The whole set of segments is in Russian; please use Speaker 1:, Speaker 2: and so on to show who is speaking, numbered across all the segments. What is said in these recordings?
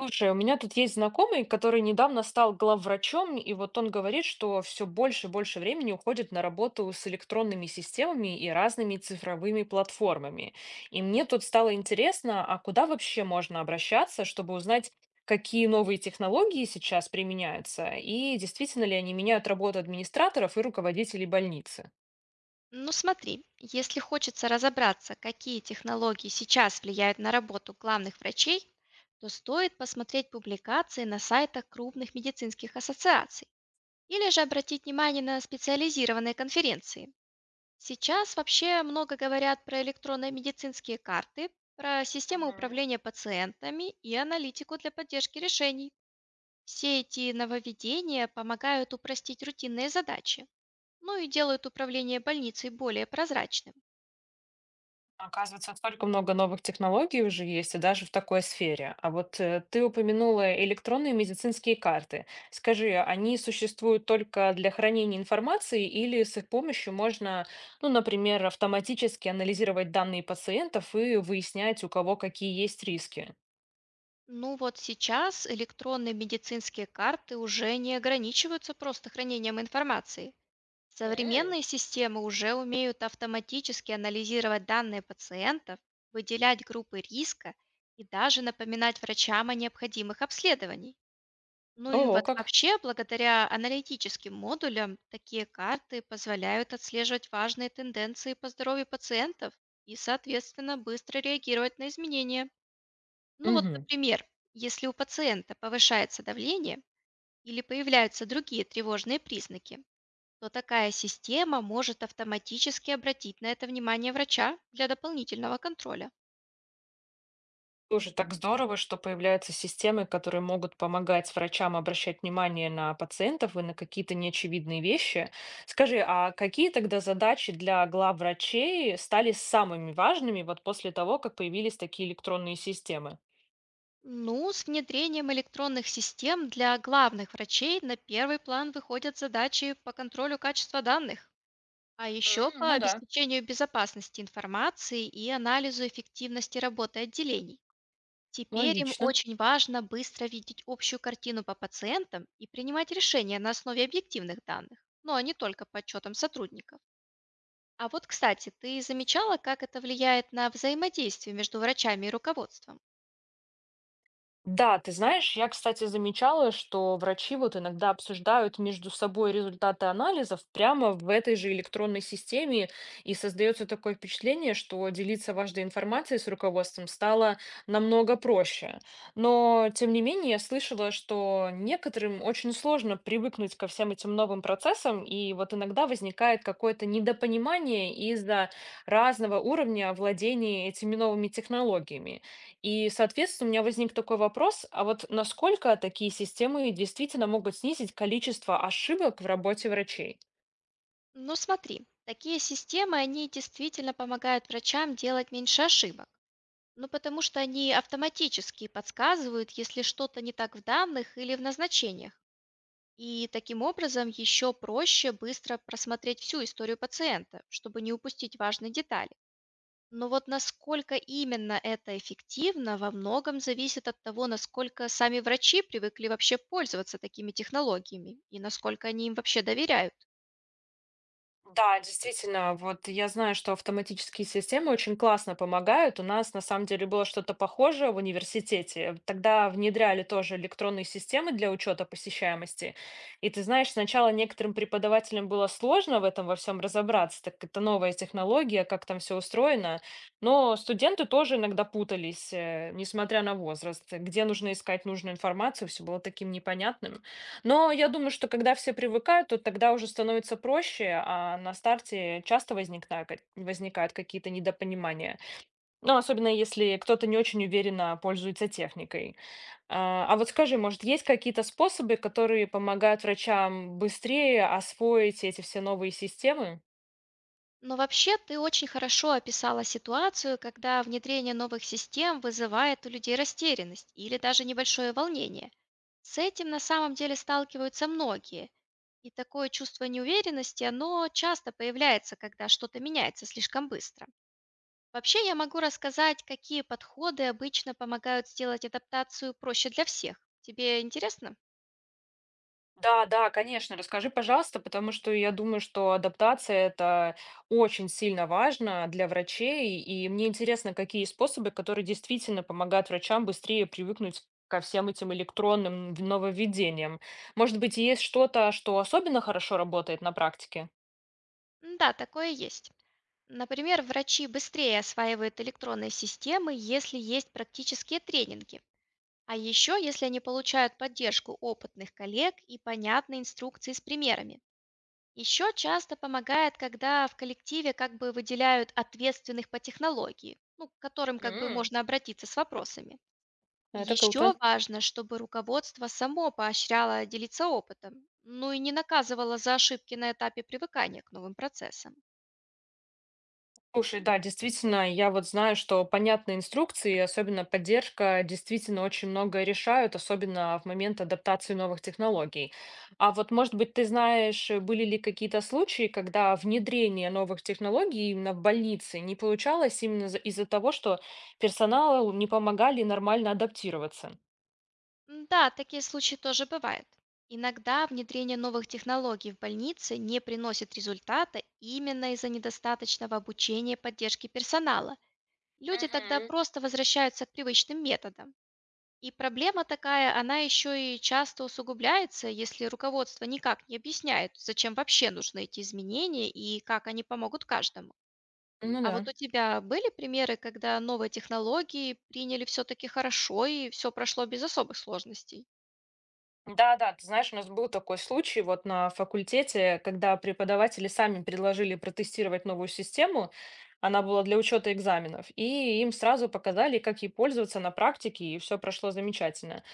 Speaker 1: Слушай, у меня тут есть знакомый, который недавно стал главврачом, и вот он говорит, что все больше и больше времени уходит на работу с электронными системами и разными цифровыми платформами. И мне тут стало интересно, а куда вообще можно обращаться, чтобы узнать, какие новые технологии сейчас применяются, и действительно ли они меняют работу администраторов и руководителей больницы?
Speaker 2: Ну смотри, если хочется разобраться, какие технологии сейчас влияют на работу главных врачей, то стоит посмотреть публикации на сайтах крупных медицинских ассоциаций или же обратить внимание на специализированные конференции. Сейчас вообще много говорят про электронные медицинские карты, про системы
Speaker 1: Мгм.
Speaker 2: управления пациентами и аналитику для поддержки решений. Все эти нововведения помогают упростить рутинные задачи, ну и делают управление больницей более прозрачным.
Speaker 1: Оказывается, столько много новых технологий уже есть, и даже в такой сфере. А вот ты упомянула электронные медицинские карты. Скажи, они существуют только для хранения информации или с их помощью можно, ну, например, автоматически анализировать данные пациентов и выяснять, у кого какие есть риски?
Speaker 2: Ну вот сейчас электронные медицинские карты уже не ограничиваются просто хранением информации.
Speaker 1: М.
Speaker 2: Современные системы уже умеют автоматически анализировать данные пациентов, выделять группы риска и даже напоминать врачам о необходимых обследованиях. Ну и
Speaker 1: Ого,
Speaker 2: вот
Speaker 1: как.
Speaker 2: вообще, благодаря аналитическим модулям, такие карты позволяют отслеживать важные тенденции по здоровью пациентов и, соответственно, быстро реагировать на изменения. Ну вот,
Speaker 1: Мгм.
Speaker 2: например, если у пациента повышается давление или появляются другие тревожные признаки, то такая система может автоматически обратить на это внимание врача для дополнительного контроля.
Speaker 1: Тоже так здорово, что появляются системы, которые могут помогать врачам обращать внимание на пациентов и на какие-то неочевидные вещи. Скажи, а какие тогда задачи для глав врачей стали самыми важными вот после того, как появились такие электронные системы?
Speaker 2: Ну, с внедрением электронных систем для главных врачей на первый план выходят задачи по контролю качества данных, а еще
Speaker 1: М,
Speaker 2: по
Speaker 1: ну да.
Speaker 2: обеспечению безопасности информации и анализу эффективности работы отделений. Теперь им
Speaker 1: Логично.
Speaker 2: очень важно быстро видеть общую картину по пациентам и принимать решения на основе объективных данных, ну а не только по отчетам сотрудников. А вот, кстати, ты замечала, как это влияет на взаимодействие между врачами и руководством?
Speaker 1: Да, ты знаешь, я, кстати, замечала, что врачи вот иногда обсуждают между собой результаты анализов прямо в этой же электронной системе, и создается такое впечатление, что делиться важной информацией с руководством стало намного проще. Но, тем не менее, я слышала, что некоторым очень сложно привыкнуть ко всем этим новым процессам, и вот иногда возникает какое-то недопонимание из-за разного уровня владения этими новыми технологиями. И, соответственно, у меня возник такой вопрос, а вот насколько такие системы действительно могут снизить количество ошибок в работе врачей?
Speaker 2: Ну смотри, такие системы, они действительно помогают врачам делать меньше ошибок. Ну потому что они автоматически подсказывают, если что-то не так в данных или в назначениях, и таким образом еще проще быстро просмотреть всю историю пациента, чтобы не упустить важные детали. Но вот насколько именно это эффективно, во многом зависит от того, насколько сами врачи привыкли вообще пользоваться такими технологиями и насколько они им вообще доверяют.
Speaker 1: Да, действительно, вот я знаю, что автоматические системы очень классно помогают. У нас на самом деле было что-то похожее в университете. Тогда внедряли тоже электронные системы для учета посещаемости. И ты знаешь, сначала некоторым преподавателям было сложно в этом во всем разобраться, так как это новая технология, как там все устроено. Но студенты тоже иногда путались, несмотря на возраст, где нужно искать нужную информацию, все было таким непонятным. Но я думаю, что когда все привыкают, то тогда уже становится проще, а на старте часто возникают какие-то недопонимания. Ну, особенно если кто-то не очень уверенно пользуется техникой. А вот скажи, может, есть какие-то способы, которые помогают врачам быстрее освоить эти все новые системы?
Speaker 2: Но вообще ты очень хорошо описала ситуацию, когда внедрение новых систем вызывает у людей растерянность или даже небольшое волнение. С этим на самом деле сталкиваются многие. И такое чувство неуверенности, оно часто появляется, когда что-то меняется слишком быстро. Вообще я могу рассказать, какие подходы обычно помогают сделать адаптацию проще для всех. Тебе интересно?
Speaker 1: Да, да, конечно, расскажи, пожалуйста, потому что я думаю, что адаптация это очень сильно важно для врачей, и мне интересно, какие способы, которые действительно помогают врачам быстрее привыкнуть ко всем этим электронным нововведениям. Может быть, есть что-то, что особенно хорошо работает на практике?
Speaker 2: Да, такое есть. Например, врачи быстрее осваивают электронные системы, если есть практические тренинги. А еще, если они получают поддержку опытных коллег и понятные инструкции с примерами. Еще часто помогает, когда в коллективе как бы выделяют ответственных по технологии, ну, к которым как бы
Speaker 1: М,
Speaker 2: можно обратиться с вопросами. И
Speaker 1: это круто.
Speaker 2: еще важно, чтобы руководство само поощряло делиться опытом, ну и не наказывало за ошибки на этапе привыкания к новым процессам.
Speaker 1: Слушай, да, действительно, я вот знаю, что понятные инструкции, особенно поддержка, действительно очень многое решают, особенно в момент адаптации новых технологий. А вот, может быть, ты знаешь, были ли какие-то случаи, когда внедрение новых технологий именно в больнице не получалось именно из-за того, что персоналу не помогали нормально адаптироваться?
Speaker 2: Да, такие случаи тоже бывают. Иногда внедрение новых технологий в больнице не приносит результата именно из-за недостаточного обучения и поддержки персонала. Люди тогда
Speaker 1: Мгм.
Speaker 2: просто возвращаются к привычным методам. И проблема такая, она еще и часто усугубляется, если руководство никак не объясняет, зачем вообще нужны эти изменения и как они помогут каждому.
Speaker 1: Ну
Speaker 2: А
Speaker 1: да.
Speaker 2: вот у тебя были примеры, когда новые технологии приняли все-таки хорошо и все прошло без особых сложностей?
Speaker 1: Да-да, ты знаешь, у нас был такой случай вот на факультете, когда преподаватели сами предложили протестировать новую систему. Она была для учета экзаменов. И им сразу показали, как ей пользоваться на практике, и все прошло замечательно.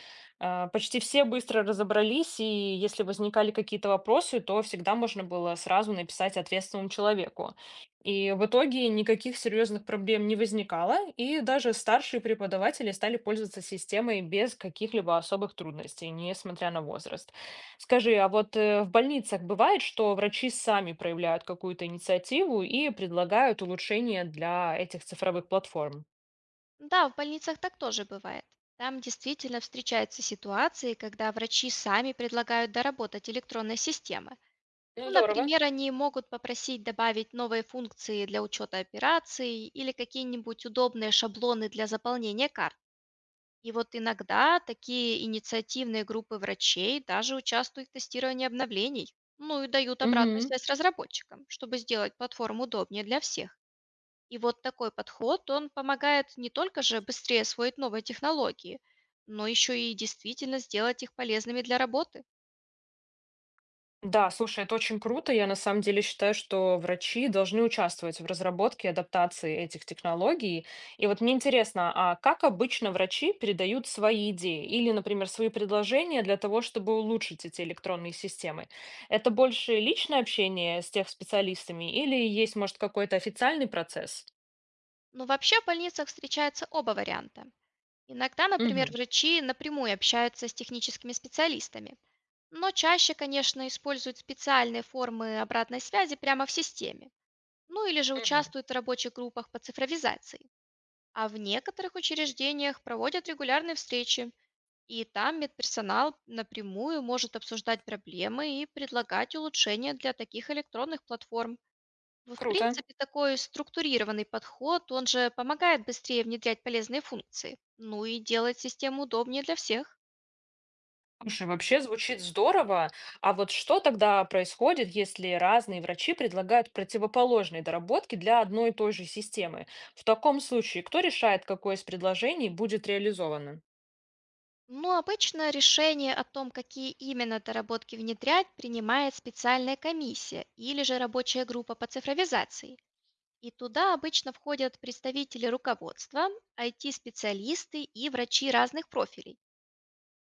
Speaker 1: А, почти все быстро разобрались, и если возникали какие-то вопросы, то всегда можно было сразу написать ответственному человеку. И в итоге никаких серьезных проблем не возникало, и даже старшие преподаватели стали пользоваться системой без каких-либо особых трудностей, несмотря на возраст. Скажи, а вот в больницах бывает, что врачи сами проявляют какую-то инициативу и предлагают улучшения для этих цифровых платформ?
Speaker 2: Ну да, в больницах так тоже бывает. Там действительно встречаются ситуации, когда врачи сами предлагают доработать электронные системы. Ну,
Speaker 1: Здорово.
Speaker 2: например, они могут попросить добавить новые функции для учета операций или какие-нибудь удобные шаблоны для заполнения карт. И вот иногда такие инициативные группы врачей даже участвуют в тестировании обновлений, ну и дают обратную
Speaker 1: Мгм.
Speaker 2: связь разработчикам, чтобы сделать платформу удобнее для всех. И вот такой подход, он помогает не только же быстрее освоить новые технологии, но еще и действительно сделать их полезными для работы.
Speaker 1: Да, слушай, это очень круто. Я на самом деле считаю, что врачи должны участвовать в разработке и адаптации этих технологий. И вот мне интересно, а как обычно врачи передают свои идеи или, например, свои предложения для того, чтобы улучшить эти электронные системы? Это больше личное общение с тех специалистами или есть, может, какой-то официальный процесс?
Speaker 2: Но вообще в больницах встречаются оба варианта. Иногда, например,
Speaker 1: Угу.
Speaker 2: врачи напрямую общаются с техническими специалистами, но чаще, конечно, используют специальные формы обратной связи прямо в системе, ну или же участвуют в рабочих группах по цифровизации. А в некоторых учреждениях проводят регулярные встречи, и там медперсонал напрямую может обсуждать проблемы и предлагать улучшения для таких электронных платформ. В в
Speaker 1: Круто.
Speaker 2: принципе, такой структурированный подход, он же помогает быстрее внедрять полезные функции, ну и делает систему удобнее для всех.
Speaker 1: Слушай, вообще звучит здорово. А вот что тогда происходит, если разные врачи предлагают противоположные доработки для одной и той же системы? В таком случае, кто решает, какое из предложений будет реализовано?
Speaker 2: Но обычно решение о том, какие именно доработки внедрять, принимает специальная комиссия или же рабочая группа по цифровизации. И туда обычно входят представители руководства, IT-специалисты и врачи разных профилей.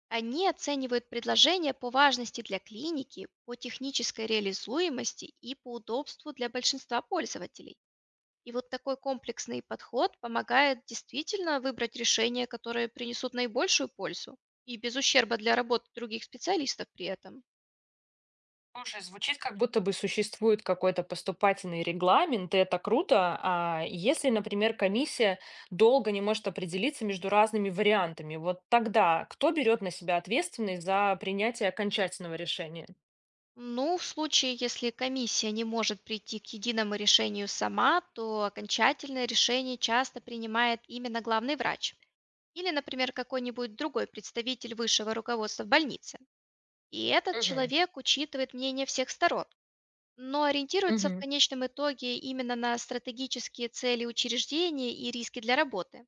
Speaker 2: Они оценивают предложения по важности для клиники, по технической реализуемости и по удобству для большинства пользователей. И вот такой комплексный подход помогает действительно выбрать решения, которые принесут наибольшую пользу и без ущерба для работы других специалистов при этом.
Speaker 1: Слушай, звучит как будто бы существует какой-то поступательный регламент, и это круто. А если, например, комиссия долго не может определиться между разными вариантами, вот тогда кто берет на себя ответственность за принятие окончательного решения?
Speaker 2: Ну, в случае, если комиссия не может прийти к единому решению сама, то окончательное решение часто принимает именно главный врач или, например, какой-нибудь другой представитель высшего руководства в больнице. И этот
Speaker 1: Угу.
Speaker 2: человек учитывает мнение всех сторон, но ориентируется в
Speaker 1: Угу.
Speaker 2: конечном итоге именно на стратегические цели учреждения и риски для работы.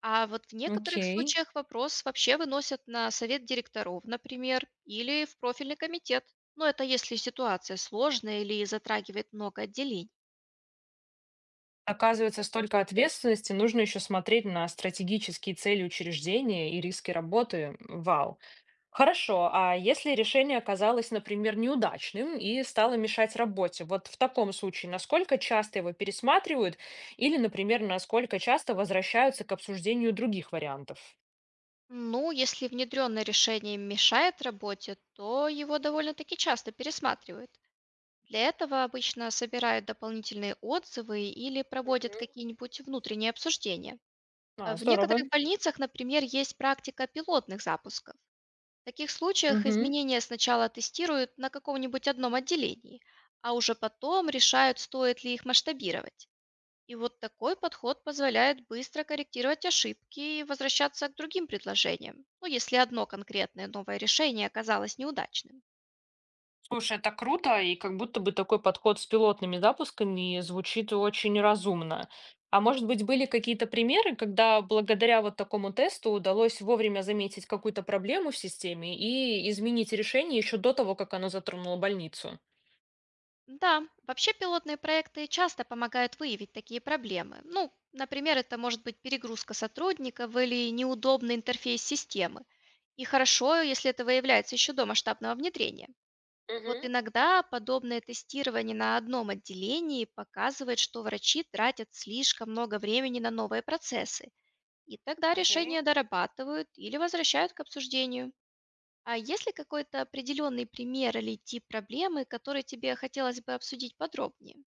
Speaker 2: А вот в некоторых
Speaker 1: Окей.
Speaker 2: случаях вопрос вообще выносят на совет директоров, например, или в профильный комитет. Но это если ситуация сложная или затрагивает много отделений.
Speaker 1: Оказывается, столько ответственности, нужно еще смотреть на стратегические цели учреждения и риски работы. Вау. Хорошо, а если решение оказалось, например, неудачным и стало мешать работе, вот в таком случае, насколько часто его пересматривают или, например, насколько часто возвращаются к обсуждению других вариантов?
Speaker 2: Ну, если внедренное решение мешает работе, то его довольно-таки часто пересматривают. Для этого обычно собирают дополнительные отзывы или проводят
Speaker 1: Мгм.
Speaker 2: какие-нибудь внутренние обсуждения. А
Speaker 1: А,
Speaker 2: в
Speaker 1: здорово.
Speaker 2: некоторых больницах, например, есть практика пилотных запусков. В таких случаях
Speaker 1: Мгм.
Speaker 2: изменения сначала тестируют на каком-нибудь одном отделении, а уже потом решают, стоит ли их масштабировать. И вот такой подход позволяет быстро корректировать ошибки и возвращаться к другим предложениям, ну, если одно конкретное новое решение оказалось неудачным.
Speaker 1: Слушай, это круто, и как будто бы такой подход с пилотными запусками звучит очень разумно. А может быть, были какие-то примеры, когда благодаря вот такому тесту удалось вовремя заметить какую-то проблему в системе и изменить решение еще до того, как оно затронуло больницу?
Speaker 2: Да, вообще пилотные проекты часто помогают выявить такие проблемы. Ну, например, это может быть перегрузка сотрудников или неудобный интерфейс системы. И хорошо, если это выявляется еще до масштабного внедрения. Вот
Speaker 1: Угу.
Speaker 2: иногда подобное тестирование на одном отделении показывает, что врачи тратят слишком много времени на новые процессы, и тогда
Speaker 1: Окей.
Speaker 2: решения дорабатывают или возвращают к обсуждению. А есть ли какой-то определенный пример или тип проблемы, который тебе хотелось бы обсудить подробнее?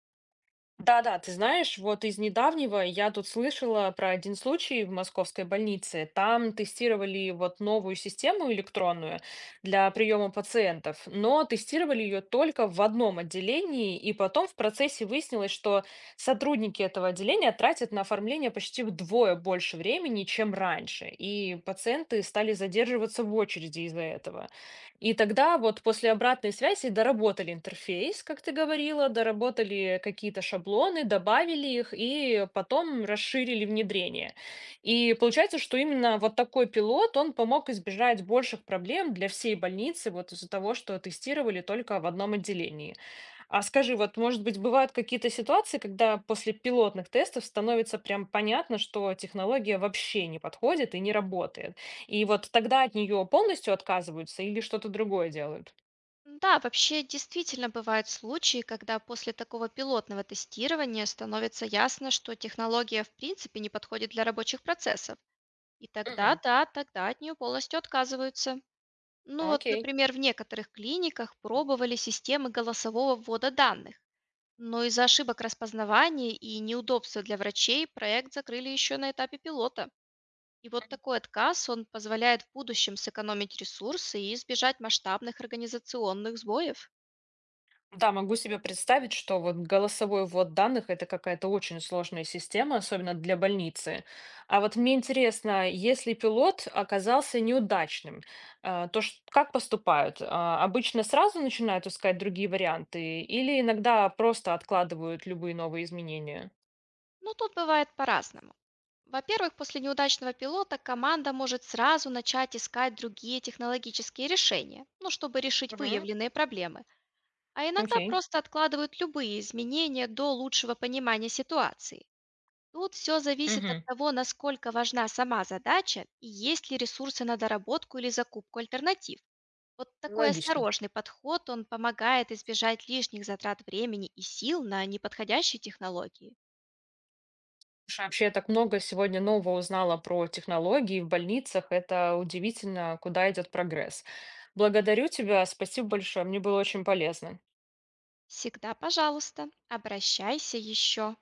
Speaker 1: Да-да, ты знаешь, вот из недавнего я тут слышала про один случай в московской больнице. Там тестировали вот новую систему электронную для приема пациентов, но тестировали ее только в одном отделении, и потом в процессе выяснилось, что сотрудники этого отделения тратят на оформление почти вдвое больше времени, чем раньше, и пациенты стали задерживаться в очереди из-за этого. И тогда вот после обратной связи доработали интерфейс, как ты говорила, доработали какие-то шаблоны, добавили их и потом расширили внедрение. И получается, что именно вот такой пилот, он помог избежать больших проблем для всей больницы вот из-за того, что тестировали только в одном отделении. А скажи, вот, может быть, бывают какие-то ситуации, когда после пилотных тестов становится прям понятно, что технология вообще не подходит и не работает. И вот тогда от нее полностью отказываются или что-то другое делают?
Speaker 2: Да, вообще действительно бывают случаи, когда после такого пилотного тестирования становится ясно, что технология в принципе не подходит для рабочих процессов. И тогда,
Speaker 1: Мгм.
Speaker 2: да, тогда от нее полностью отказываются. Ну вот,
Speaker 1: Окей.
Speaker 2: например, в некоторых клиниках пробовали системы голосового ввода данных. Но из-за ошибок распознавания и неудобства для врачей проект закрыли еще на этапе пилота. И вот такой отказ, он позволяет в будущем сэкономить ресурсы и избежать масштабных организационных сбоев.
Speaker 1: Да, могу себе представить, что вот голосовой ввод данных– это какая-то очень сложная система, особенно для больницы. А вот мне интересно, если пилот оказался неудачным, как поступают? А, обычно сразу начинают искать другие варианты или иногда просто откладывают любые новые изменения?
Speaker 2: Но тут бывает по-разному. Во-первых, после неудачного пилота команда может сразу начать искать другие технологические решения, ну, чтобы решить
Speaker 1: Мгм.
Speaker 2: выявленные проблемы, а иногда
Speaker 1: Окей.
Speaker 2: просто откладывают любые изменения до лучшего понимания ситуации. Тут все зависит
Speaker 1: Мгм.
Speaker 2: от того, насколько важна сама задача и есть ли ресурсы на доработку или закупку альтернатив. Вот такой
Speaker 1: Логично.
Speaker 2: осторожный подход, он помогает избежать лишних затрат времени и сил на неподходящие технологии.
Speaker 1: Слушай, вообще я так много сегодня нового узнала про технологии в больницах. Это удивительно, куда идет прогресс. Благодарю тебя, спасибо большое, мне было очень полезно.
Speaker 2: Всегда, пожалуйста, обращайся еще.